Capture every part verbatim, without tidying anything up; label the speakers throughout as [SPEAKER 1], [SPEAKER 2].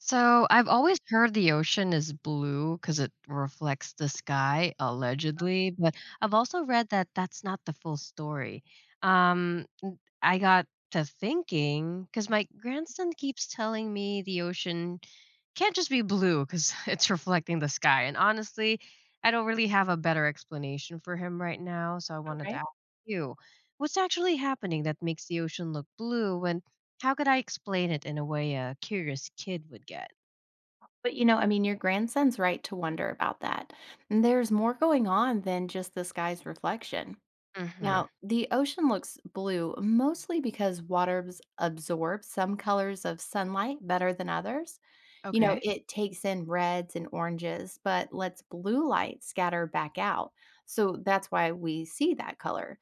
[SPEAKER 1] So I've always heard the ocean is blue because it reflects the sky, allegedly, but I've also read that that's not the full story. Um, n- I got to thinking because my grandson keeps telling me the ocean can't just be blue because it's reflecting the sky. And honestly, I don't really have a better explanation for him right now. So I wanted to
[SPEAKER 2] Right.
[SPEAKER 1] ask you what's actually happening that makes the ocean look blue when how could I explain it in a way a curious kid would get?
[SPEAKER 2] But, you know, I mean, your grandson's right to wonder about that. And there's more going on than just the sky's reflection.
[SPEAKER 1] Mhm.
[SPEAKER 2] Now, the ocean looks blue mostly because water abs- absorbs some colors of sunlight better than others. You know,
[SPEAKER 1] Okay.
[SPEAKER 2] it takes in reds and oranges, but lets blue light scatter back out. So that's why we see that color.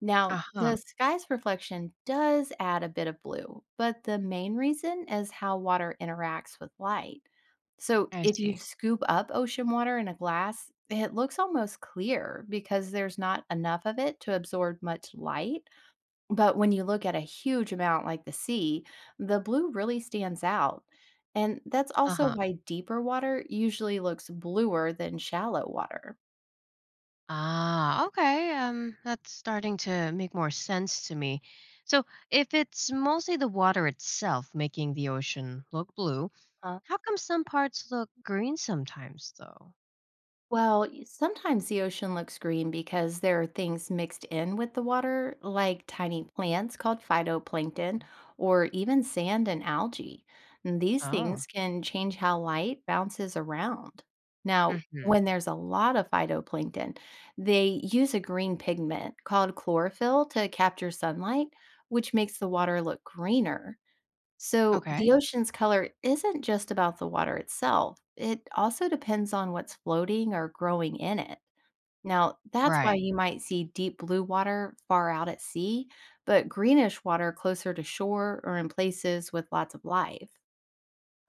[SPEAKER 2] Now,
[SPEAKER 1] Uh-huh.
[SPEAKER 2] the sky's reflection does add a bit of blue, but the main reason is how water interacts with light. So
[SPEAKER 1] I
[SPEAKER 2] if you
[SPEAKER 1] see.
[SPEAKER 2] scoop up ocean water in a glass, it looks almost clear because there's not enough of it to absorb much light. But when you look at a huge amount like the sea, the blue really stands out. And that's also
[SPEAKER 1] Uh-huh.
[SPEAKER 2] why deeper water usually looks bluer than shallow water.
[SPEAKER 1] Ah, okay. Um, that's starting to make more sense to me. So, if it's mostly the water itself making the ocean look blue, how come some parts look green sometimes, though?
[SPEAKER 2] Well, y- sometimes the ocean looks green because there are things mixed in with the water, like tiny plants called phytoplankton, or even sand and algae. And these
[SPEAKER 1] Oh.
[SPEAKER 2] things can change how light bounces around. Now,
[SPEAKER 1] Mhm.
[SPEAKER 2] when there's a lot of phytoplankton, they use a green pigment called chlorophyll to capture sunlight, which makes the water look greener. So,
[SPEAKER 1] Okay.
[SPEAKER 2] the ocean's color isn't just about the water itself, it also depends on what's floating or growing in it. Now, that's why
[SPEAKER 1] Right.
[SPEAKER 2] you might see deep blue water far out at sea, but greenish water closer to shore or in places with lots of life.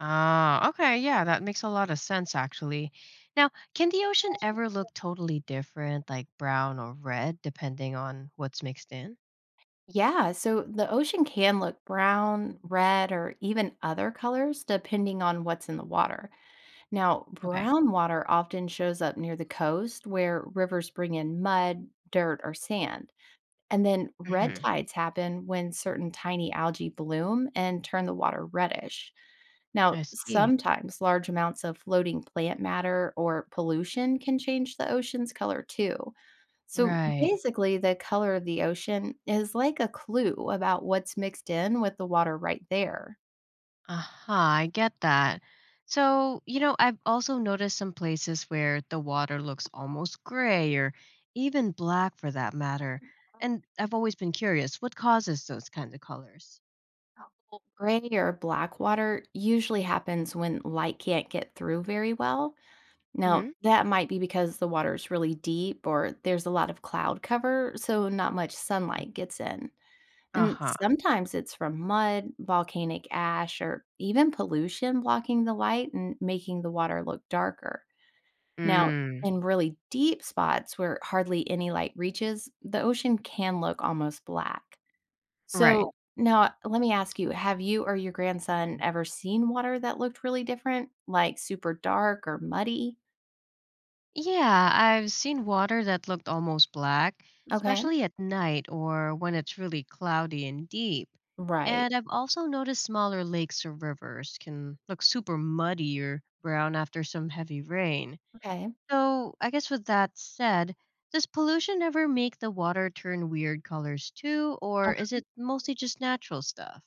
[SPEAKER 1] Ah, okay, yeah, that makes a lot of sense actually. Now, can the ocean ever look totally different, like brown or red, depending on what's mixed in?
[SPEAKER 2] Yeah, so the ocean can look brown, red, or even other colors depending on what's in the water. Now,
[SPEAKER 1] Okay.
[SPEAKER 2] brown water often shows up near the coast where rivers bring in mud, dirt, or sand. And then red
[SPEAKER 1] Hmm.
[SPEAKER 2] tides happen when certain tiny algae bloom and turn the water reddish.
[SPEAKER 1] I
[SPEAKER 2] Now,
[SPEAKER 1] see.
[SPEAKER 2] sometimes large amounts of floating plant matter or pollution can change the ocean's color too. So
[SPEAKER 1] Right.
[SPEAKER 2] basically, the color of the ocean is like a clue about what's mixed in with the water right there.
[SPEAKER 1] Aha, I get that. So, you know, I've also noticed some places where the water looks almost gray or even black for that matter. And I've always been curious what causes those kinds of colors?
[SPEAKER 2] Well, gray or black water usually happens when light can't get through very well. Now,
[SPEAKER 1] Hmm.
[SPEAKER 2] that might be because the water is really deep or there's a lot of cloud cover, so not much sunlight gets in. And
[SPEAKER 1] Uh-huh.
[SPEAKER 2] sometimes it's from mud, volcanic ash, or even pollution blocking the light and making the water look darker. Now,
[SPEAKER 1] Mm,
[SPEAKER 2] in really deep spots where hardly any light reaches, the ocean can look almost black.
[SPEAKER 1] right.
[SPEAKER 2] So, now let me ask you, have you or your grandson ever seen water that looked really different, like super dark or muddy?
[SPEAKER 1] Yeah, I've seen water that looked almost black,
[SPEAKER 2] Okay.
[SPEAKER 1] especially at night or when it's really cloudy and deep.
[SPEAKER 2] Right.
[SPEAKER 1] And I've also noticed smaller lakes or rivers can look super muddy or brown after some heavy rain.
[SPEAKER 2] Okay.
[SPEAKER 1] So, I guess with that said, does pollution ever make the water turn weird colors too, or is
[SPEAKER 2] Uh-huh.
[SPEAKER 1] it mostly just natural stuff?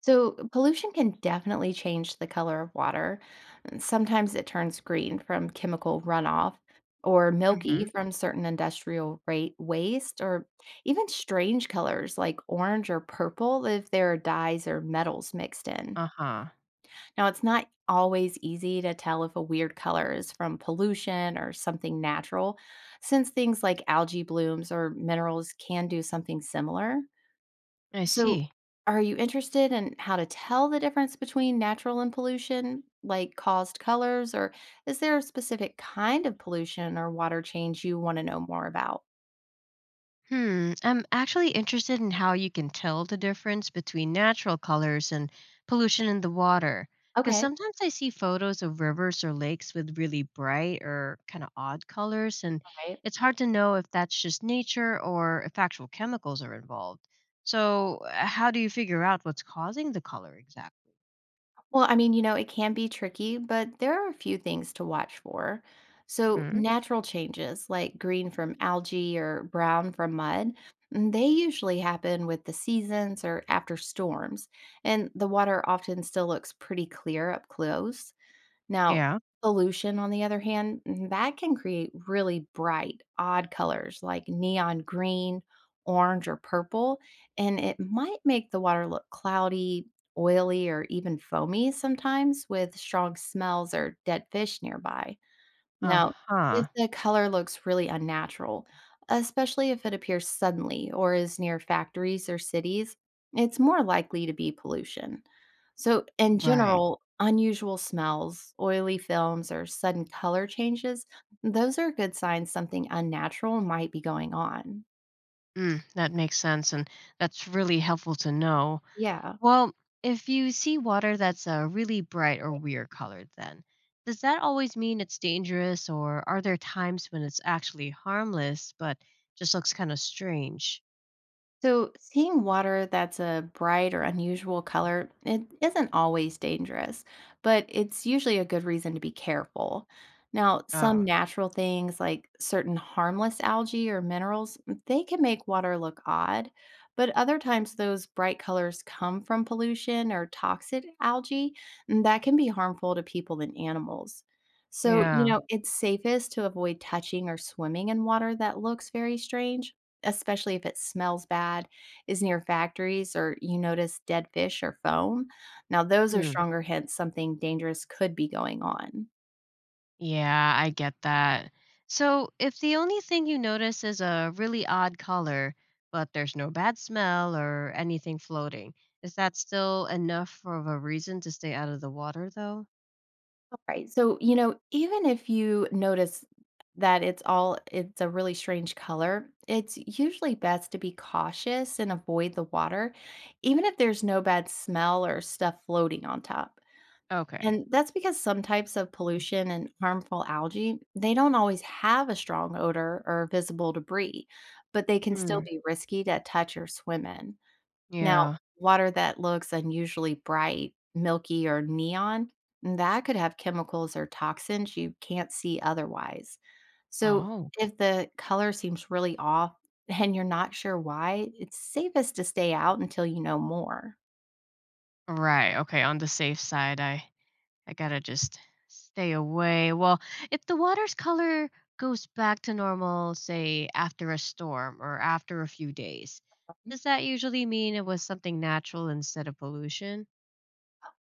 [SPEAKER 2] So pollution can definitely change the color of water. And sometimes it turns green from chemical runoff or milky
[SPEAKER 1] Mm-hmm.
[SPEAKER 2] from certain industrial rate waste or even strange colors like orange or purple if there are dyes or metals mixed in.
[SPEAKER 1] Uh-huh.
[SPEAKER 2] Now, it's not always easy to tell if a weird color is from pollution or something natural since things like algae blooms or minerals can do something similar.
[SPEAKER 1] I
[SPEAKER 2] So,
[SPEAKER 1] see.
[SPEAKER 2] are you interested in how to tell the difference between natural and pollution, like caused colors, or is there a specific kind of pollution or water change you want to know more about?
[SPEAKER 1] Hmm, I'm actually interested in how you can tell the difference between natural colors and pollution in the water. Because
[SPEAKER 2] Okay,
[SPEAKER 1] sometimes I see photos of rivers or lakes with really bright or kind of odd colors, and
[SPEAKER 2] right.
[SPEAKER 1] it's hard to know if that's just nature or if actual chemicals are involved. So, uh, how do you figure out what's causing the color exactly?
[SPEAKER 2] Well, I mean, you know, it can be tricky, but there are a few things to watch for. So,
[SPEAKER 1] Hmm.
[SPEAKER 2] natural changes like green from algae or brown from mud, mm, they usually happen with the seasons or after storms, and the water often still looks pretty clear up close. Now,
[SPEAKER 1] Yeah.
[SPEAKER 2] pollution, on the other hand, mm, that can create really bright, odd colors like neon green, orange, or purple, and it might make the water look cloudy, oily, or even foamy sometimes with strong smells or dead fish nearby.
[SPEAKER 1] Uh
[SPEAKER 2] Now, if
[SPEAKER 1] huh.
[SPEAKER 2] the color looks really unnatural, especially if it appears suddenly or is near factories or cities, it's more likely to be pollution. So, in
[SPEAKER 1] Right.
[SPEAKER 2] general, unusual smells, oily films, or sudden color changes, those are good signs something unnatural might be going on.
[SPEAKER 1] Mm, that makes sense, and that's really helpful to know.
[SPEAKER 2] Yeah.
[SPEAKER 1] Well, if you see water that's a really bright or weird colored, then does that always mean it's dangerous, or are there times when it's actually harmless but just looks kind of strange?
[SPEAKER 2] So, seeing water that's a bright or unusual color, it isn't always dangerous, but it's usually a good reason to be careful. Now, some
[SPEAKER 1] Oh,
[SPEAKER 2] natural things like certain harmless algae or minerals, mm, they can make water look odd, but other times those bright colors come from pollution or toxic algae, and that can be harmful to people and animals. So, you
[SPEAKER 1] yeah.
[SPEAKER 2] know, it's safest to avoid touching or swimming in water that looks very strange, especially if it smells bad, is near factories, or you notice dead fish or foam. Now, those are
[SPEAKER 1] Mm,
[SPEAKER 2] stronger hints something dangerous could be going on.
[SPEAKER 1] yeah, I get that. So, if the only thing you notice is a really odd color, but there's no bad smell or anything floating, is that still enough for of a reason to stay out of the water, though?
[SPEAKER 2] Right. So, you know, even if you notice that it's all it's a really strange color, it's usually best to be cautious and avoid the water, even if there's no bad smell or stuff floating on top.
[SPEAKER 1] Okay.
[SPEAKER 2] And that's because some types of pollution and harmful algae, they don't always have a strong odor or visible debris, but they can still
[SPEAKER 1] Mm,
[SPEAKER 2] be risky to touch or swim in. Now,
[SPEAKER 1] yeah.
[SPEAKER 2] water that looks unusually bright, milky, or neon, that could have chemicals or toxins you can't see otherwise. So,
[SPEAKER 1] Oh.
[SPEAKER 2] if the color seems really off and you're not sure why, it's safest to stay out until you know more.
[SPEAKER 1] Right. Okay. On the safe side, I I gotta just stay away. Well, if the water's color goes back to normal, say after a storm or after a few days, does that usually mean it was something natural instead of pollution?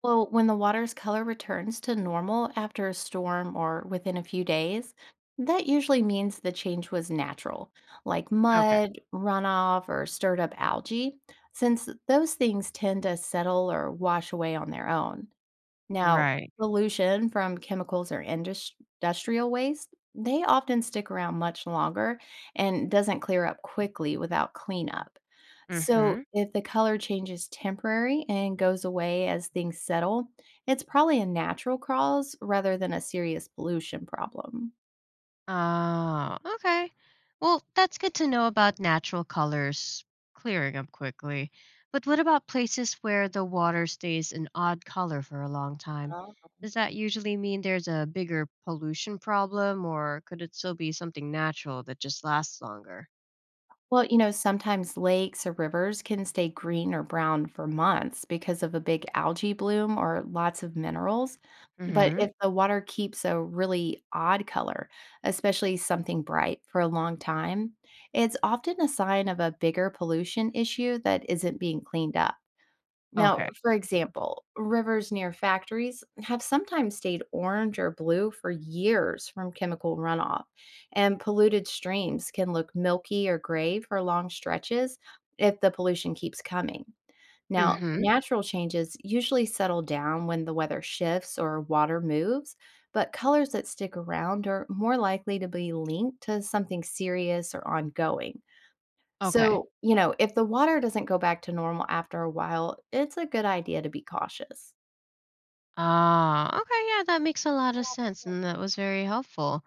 [SPEAKER 2] Well, when the water's color returns to normal after a storm or within a few days, that usually means the change was natural, like
[SPEAKER 1] Okay.
[SPEAKER 2] mud, runoff, or stirred up algae, since those things tend to settle or wash away on their own. Now,
[SPEAKER 1] Right.
[SPEAKER 2] pollution from chemicals or indus- industrial waste, they often stick around much longer and doesn't clear up quickly without cleanup.
[SPEAKER 1] Mm-hmm.
[SPEAKER 2] So, if the color changes temporary and goes away as things settle, it's probably a natural cause rather than a serious pollution problem.
[SPEAKER 1] Oh, okay. Well, that's good to know about natural colors clearing up quickly. But what about places where the water stays an odd color for a long time? Does that usually mean there's a bigger pollution problem, or could it still be something natural that just lasts longer?
[SPEAKER 2] Well, you know, sometimes lakes or rivers can stay green or brown for months because of a big algae bloom or lots of minerals. But
[SPEAKER 1] Mm-hmm.
[SPEAKER 2] if the water keeps a really odd color, especially something bright for a long time, it's often a sign of a bigger pollution issue that isn't being cleaned up. Now,
[SPEAKER 1] Okay.
[SPEAKER 2] for example, rivers near factories have sometimes stayed orange or blue for years from chemical runoff, and polluted streams can look milky or gray for long stretches if the pollution keeps coming. Now,
[SPEAKER 1] Mm-hmm.
[SPEAKER 2] natural changes usually settle down when the weather shifts or water moves, but colors that stick around are more likely to be linked to something serious or ongoing.
[SPEAKER 1] Okay.
[SPEAKER 2] So, you know, if the water doesn't go back to normal after a while, it's a good idea to be cautious.
[SPEAKER 1] Ah, okay, yeah, that makes a lot of sense, and that was very helpful.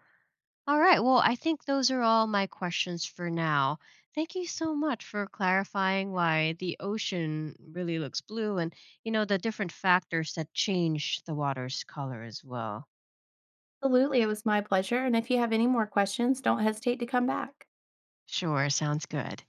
[SPEAKER 1] All right. Well, I think those are all my questions for now. Thank you so much for clarifying why the ocean really looks blue and, you know, the different factors that change the water's color as well.
[SPEAKER 2] Absolutely. It was my pleasure. And if you have any more questions, don't hesitate to come back.
[SPEAKER 1] Sure. Sounds good.